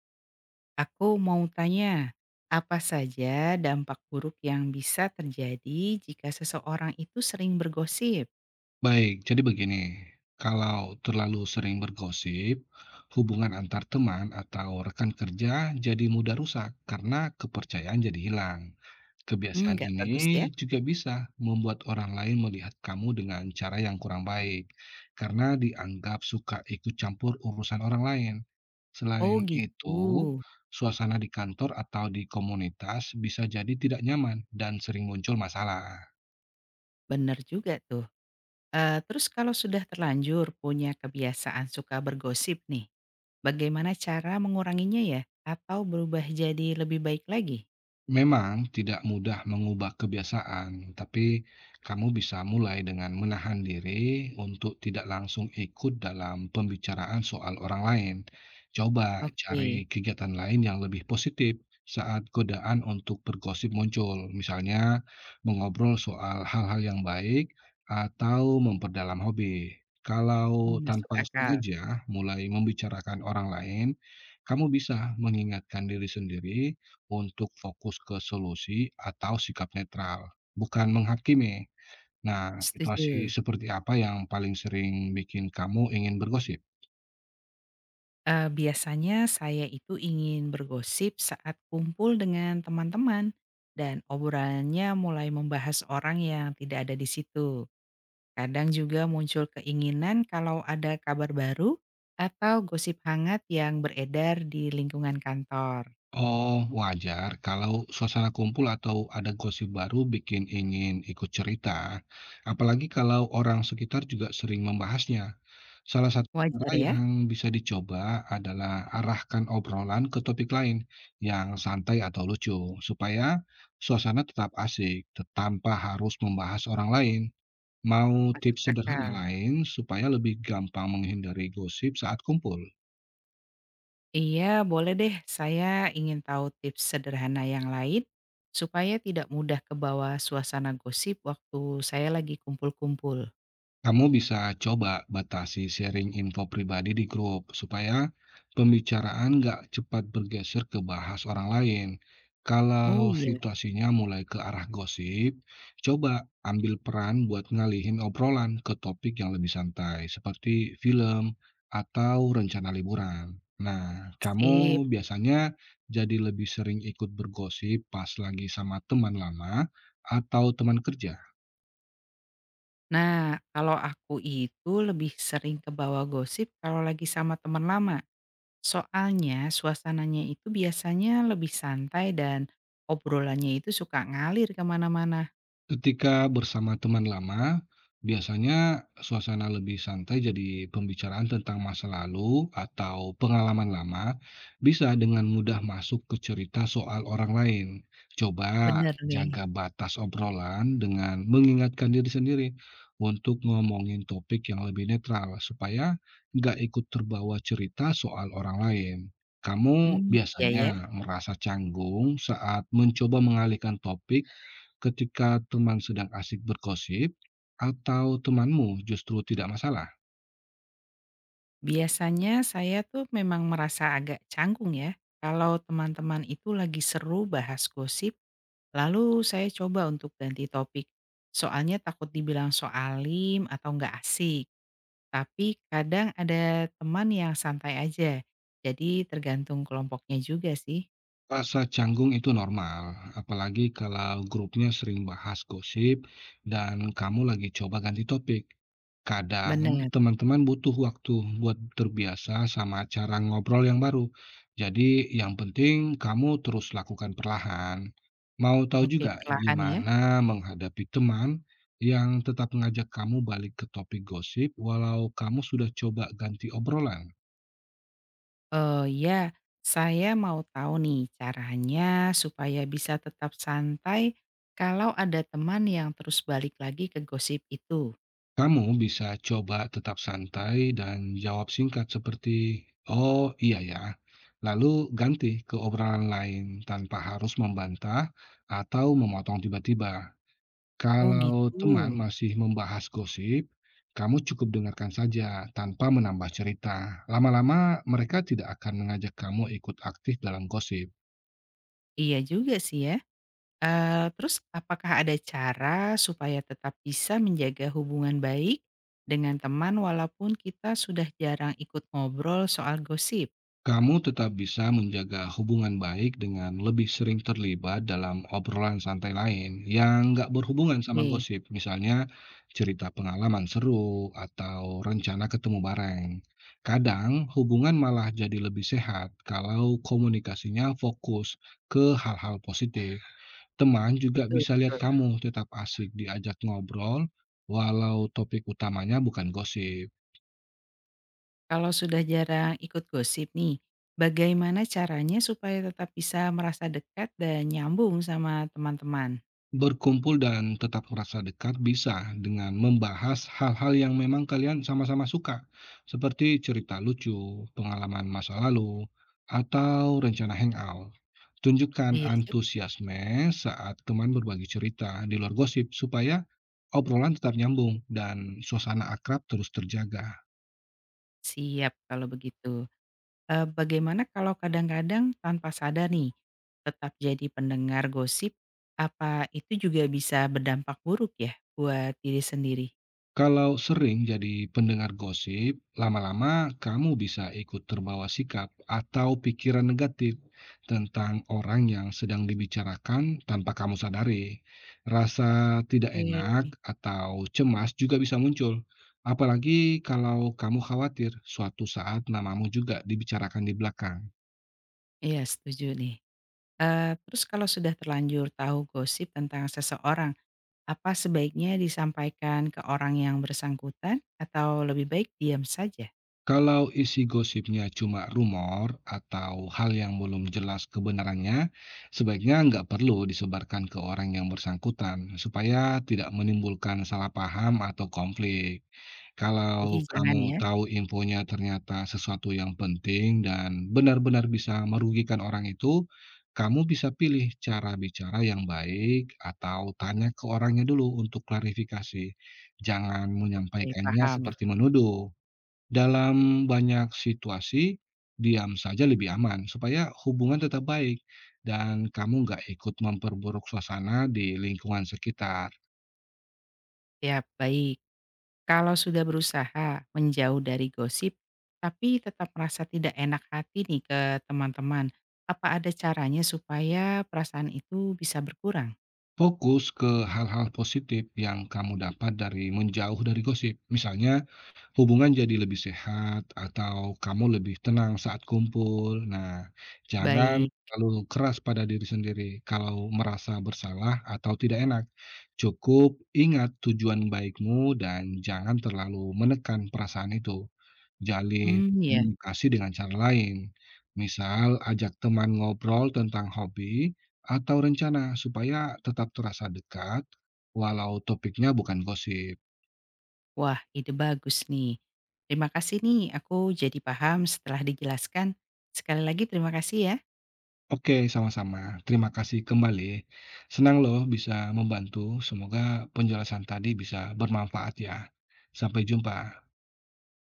Aku mau tanya, apa saja dampak buruk yang bisa terjadi jika seseorang itu sering bergosip? Baik, jadi begini, kalau terlalu sering bergosip, hubungan antar teman atau rekan kerja jadi mudah rusak karena kepercayaan jadi hilang. Hmm, Kebiasaan nggak bagus ya? ini juga bisa membuat orang lain melihat kamu dengan cara yang kurang baik, karena dianggap suka ikut campur urusan orang lain. Oh Selain gitu, itu, suasana di kantor atau di komunitas bisa jadi tidak nyaman dan sering muncul masalah. bener juga tuh. Eh, terus kalau sudah terlanjur punya kebiasaan suka bergosip nih, bagaimana cara menguranginya ya? Atau berubah jadi lebih baik lagi? Memang tidak mudah mengubah kebiasaan, tapi kamu bisa mulai dengan menahan diri untuk tidak langsung ikut dalam pembicaraan soal orang lain. Coba Oke, cari kegiatan lain yang lebih positif saat godaan untuk bergosip muncul, misalnya mengobrol soal hal-hal yang baik atau memperdalam hobi. Kalau hmm, masuk tanpa akal. sengaja mulai membicarakan orang lain, kamu bisa mengingatkan diri sendiri untuk fokus ke solusi atau sikap netral, bukan menghakimi. Nah, situasi Setuju. seperti apa yang paling sering bikin kamu ingin bergosip? Biasanya saya itu ingin bergosip saat kumpul dengan teman-teman dan obrolannya mulai membahas orang yang tidak ada di situ. Kadang juga muncul keinginan kalau ada kabar baru atau gosip hangat yang beredar di lingkungan kantor. Oh, wajar kalau suasana kumpul atau ada gosip baru bikin ingin ikut cerita, apalagi kalau orang sekitar juga sering membahasnya. Salah satu cara Wajar ya? yang bisa dicoba adalah arahkan obrolan ke topik lain yang santai atau lucu, supaya suasana tetap asik tanpa harus membahas orang lain. Mau tips Masuk sederhana akal. lain supaya lebih gampang menghindari gosip saat kumpul? Iya, boleh deh. Saya ingin tahu tips sederhana yang lain supaya tidak mudah kebawa suasana gosip waktu saya lagi kumpul-kumpul. Kamu bisa coba batasi sharing info pribadi di grup supaya pembicaraan nggak cepat bergeser ke bahas orang lain. Oh, Kalau iya. situasinya mulai ke arah gosip, coba ambil peran buat ngalihin obrolan ke topik yang lebih santai, seperti film atau rencana liburan. Nah, Sip. kamu biasanya jadi lebih sering ikut bergosip pas lagi sama teman lama atau teman kerja. Nah, kalau aku itu lebih sering ke bawah gosip kalau lagi sama teman lama. Soalnya suasananya itu biasanya lebih santai dan obrolannya itu suka ngalir kemana-mana. Ketika bersama teman lama, biasanya suasana lebih santai jadi pembicaraan tentang masa lalu atau pengalaman lama bisa dengan mudah masuk ke cerita soal orang lain. Coba Bener nih. jaga batas obrolan dengan mengingatkan diri sendiri untuk ngomongin topik yang lebih netral supaya nggak ikut terbawa cerita soal orang lain. Kamu Hmm, iya ya. biasanya merasa canggung saat mencoba mengalihkan topik ketika teman sedang asik bergosip atau temanmu justru tidak masalah? Biasanya saya tuh memang merasa agak canggung ya. Kalau teman-teman itu lagi seru bahas gosip, lalu saya coba untuk ganti topik. Soalnya takut dibilang soalim atau nggak asik. Tapi kadang ada teman yang santai aja, jadi tergantung kelompoknya juga sih. Rasa canggung itu normal, apalagi kalau grupnya sering bahas gosip dan kamu lagi coba ganti topik. Kadang Bener, teman-teman butuh waktu buat terbiasa sama cara ngobrol yang baru. Jadi yang penting kamu terus lakukan perlahan. Mau tahu oke juga perlahan ya. gimana menghadapi teman yang tetap ngajak kamu balik ke topik gosip walau kamu sudah coba ganti obrolan? Oh ya, saya mau tahu nih caranya supaya bisa tetap santai kalau ada teman yang terus balik lagi ke gosip itu. Kamu bisa coba tetap santai dan jawab singkat seperti "Oh iya ya", lalu ganti ke obrolan lain tanpa harus membantah atau memotong tiba-tiba. Oh Kalau gitu, teman masih membahas gosip, kamu cukup dengarkan saja tanpa menambah cerita. Lama-lama mereka tidak akan mengajak kamu ikut aktif dalam gosip. iya juga sih ya. Eh, terus apakah ada cara supaya tetap bisa menjaga hubungan baik dengan teman walaupun kita sudah jarang ikut ngobrol soal gosip? Kamu tetap bisa menjaga hubungan baik dengan lebih sering terlibat dalam obrolan santai lain yang nggak berhubungan sama Oke, gosip, misalnya cerita pengalaman seru atau rencana ketemu bareng. Kadang hubungan malah jadi lebih sehat kalau komunikasinya fokus ke hal-hal positif. Teman juga betul bisa lihat betul. kamu tetap asik diajak ngobrol, walau topik utamanya bukan gosip. Kalau sudah jarang ikut gosip nih, bagaimana caranya supaya tetap bisa merasa dekat dan nyambung sama teman-teman? Berkumpul dan tetap merasa dekat bisa dengan membahas hal-hal yang memang kalian sama-sama suka, seperti cerita lucu, pengalaman masa lalu, atau rencana hangout. Tunjukkan Iya juga. antusiasme saat teman berbagi cerita di luar gosip supaya obrolan tetap nyambung dan suasana akrab terus terjaga. Siap kalau begitu. Bagaimana kalau kadang-kadang tanpa sadar nih, tetap jadi pendengar gosip, apa itu juga bisa berdampak buruk ya buat diri sendiri? Kalau sering jadi pendengar gosip, lama-lama kamu bisa ikut terbawa sikap atau pikiran negatif tentang orang yang sedang dibicarakan tanpa kamu sadari. Rasa tidak enak Oke. atau cemas juga bisa muncul, apalagi kalau kamu khawatir suatu saat namamu juga dibicarakan di belakang. Iya setuju nih. Terus kalau sudah terlanjur tahu gosip tentang seseorang, apa sebaiknya disampaikan ke orang yang bersangkutan atau lebih baik diam saja? Kalau isi gosipnya cuma rumor atau hal yang belum jelas kebenarannya, sebaiknya nggak perlu disebarkan ke orang yang bersangkutan supaya tidak menimbulkan salah paham atau konflik. Jadi Kalau jangan kamu ya? tahu infonya ternyata sesuatu yang penting dan benar-benar bisa merugikan orang itu, kamu bisa pilih cara bicara yang baik atau tanya ke orangnya dulu untuk klarifikasi. Jangan Oke, menyampaikannya paham. seperti menuduh. Dalam banyak situasi, diam saja lebih aman supaya hubungan tetap baik dan kamu nggak ikut memperburuk suasana di lingkungan sekitar. Ya baik. Kalau sudah berusaha menjauh dari gosip, tapi tetap merasa tidak enak hati nih ke teman-teman, apa ada caranya supaya perasaan itu bisa berkurang? Fokus ke hal-hal positif yang kamu dapat dari menjauh dari gosip. Misalnya, hubungan jadi lebih sehat atau kamu lebih tenang saat kumpul. Nah, jangan Baik. terlalu keras pada diri sendiri kalau merasa bersalah atau tidak enak. Cukup ingat tujuan baikmu dan jangan terlalu menekan perasaan itu. Jalin Hmm ya. komunikasi dengan cara lain. Misal, ajak teman ngobrol tentang hobi atau rencana supaya tetap terasa dekat walau topiknya bukan gosip. Wah, ide bagus nih. Terima kasih nih, aku jadi paham setelah dijelaskan. Sekali lagi terima kasih ya. Oke, sama-sama. Terima kasih kembali. Senang loh bisa membantu. Semoga penjelasan tadi bisa bermanfaat ya. Sampai jumpa.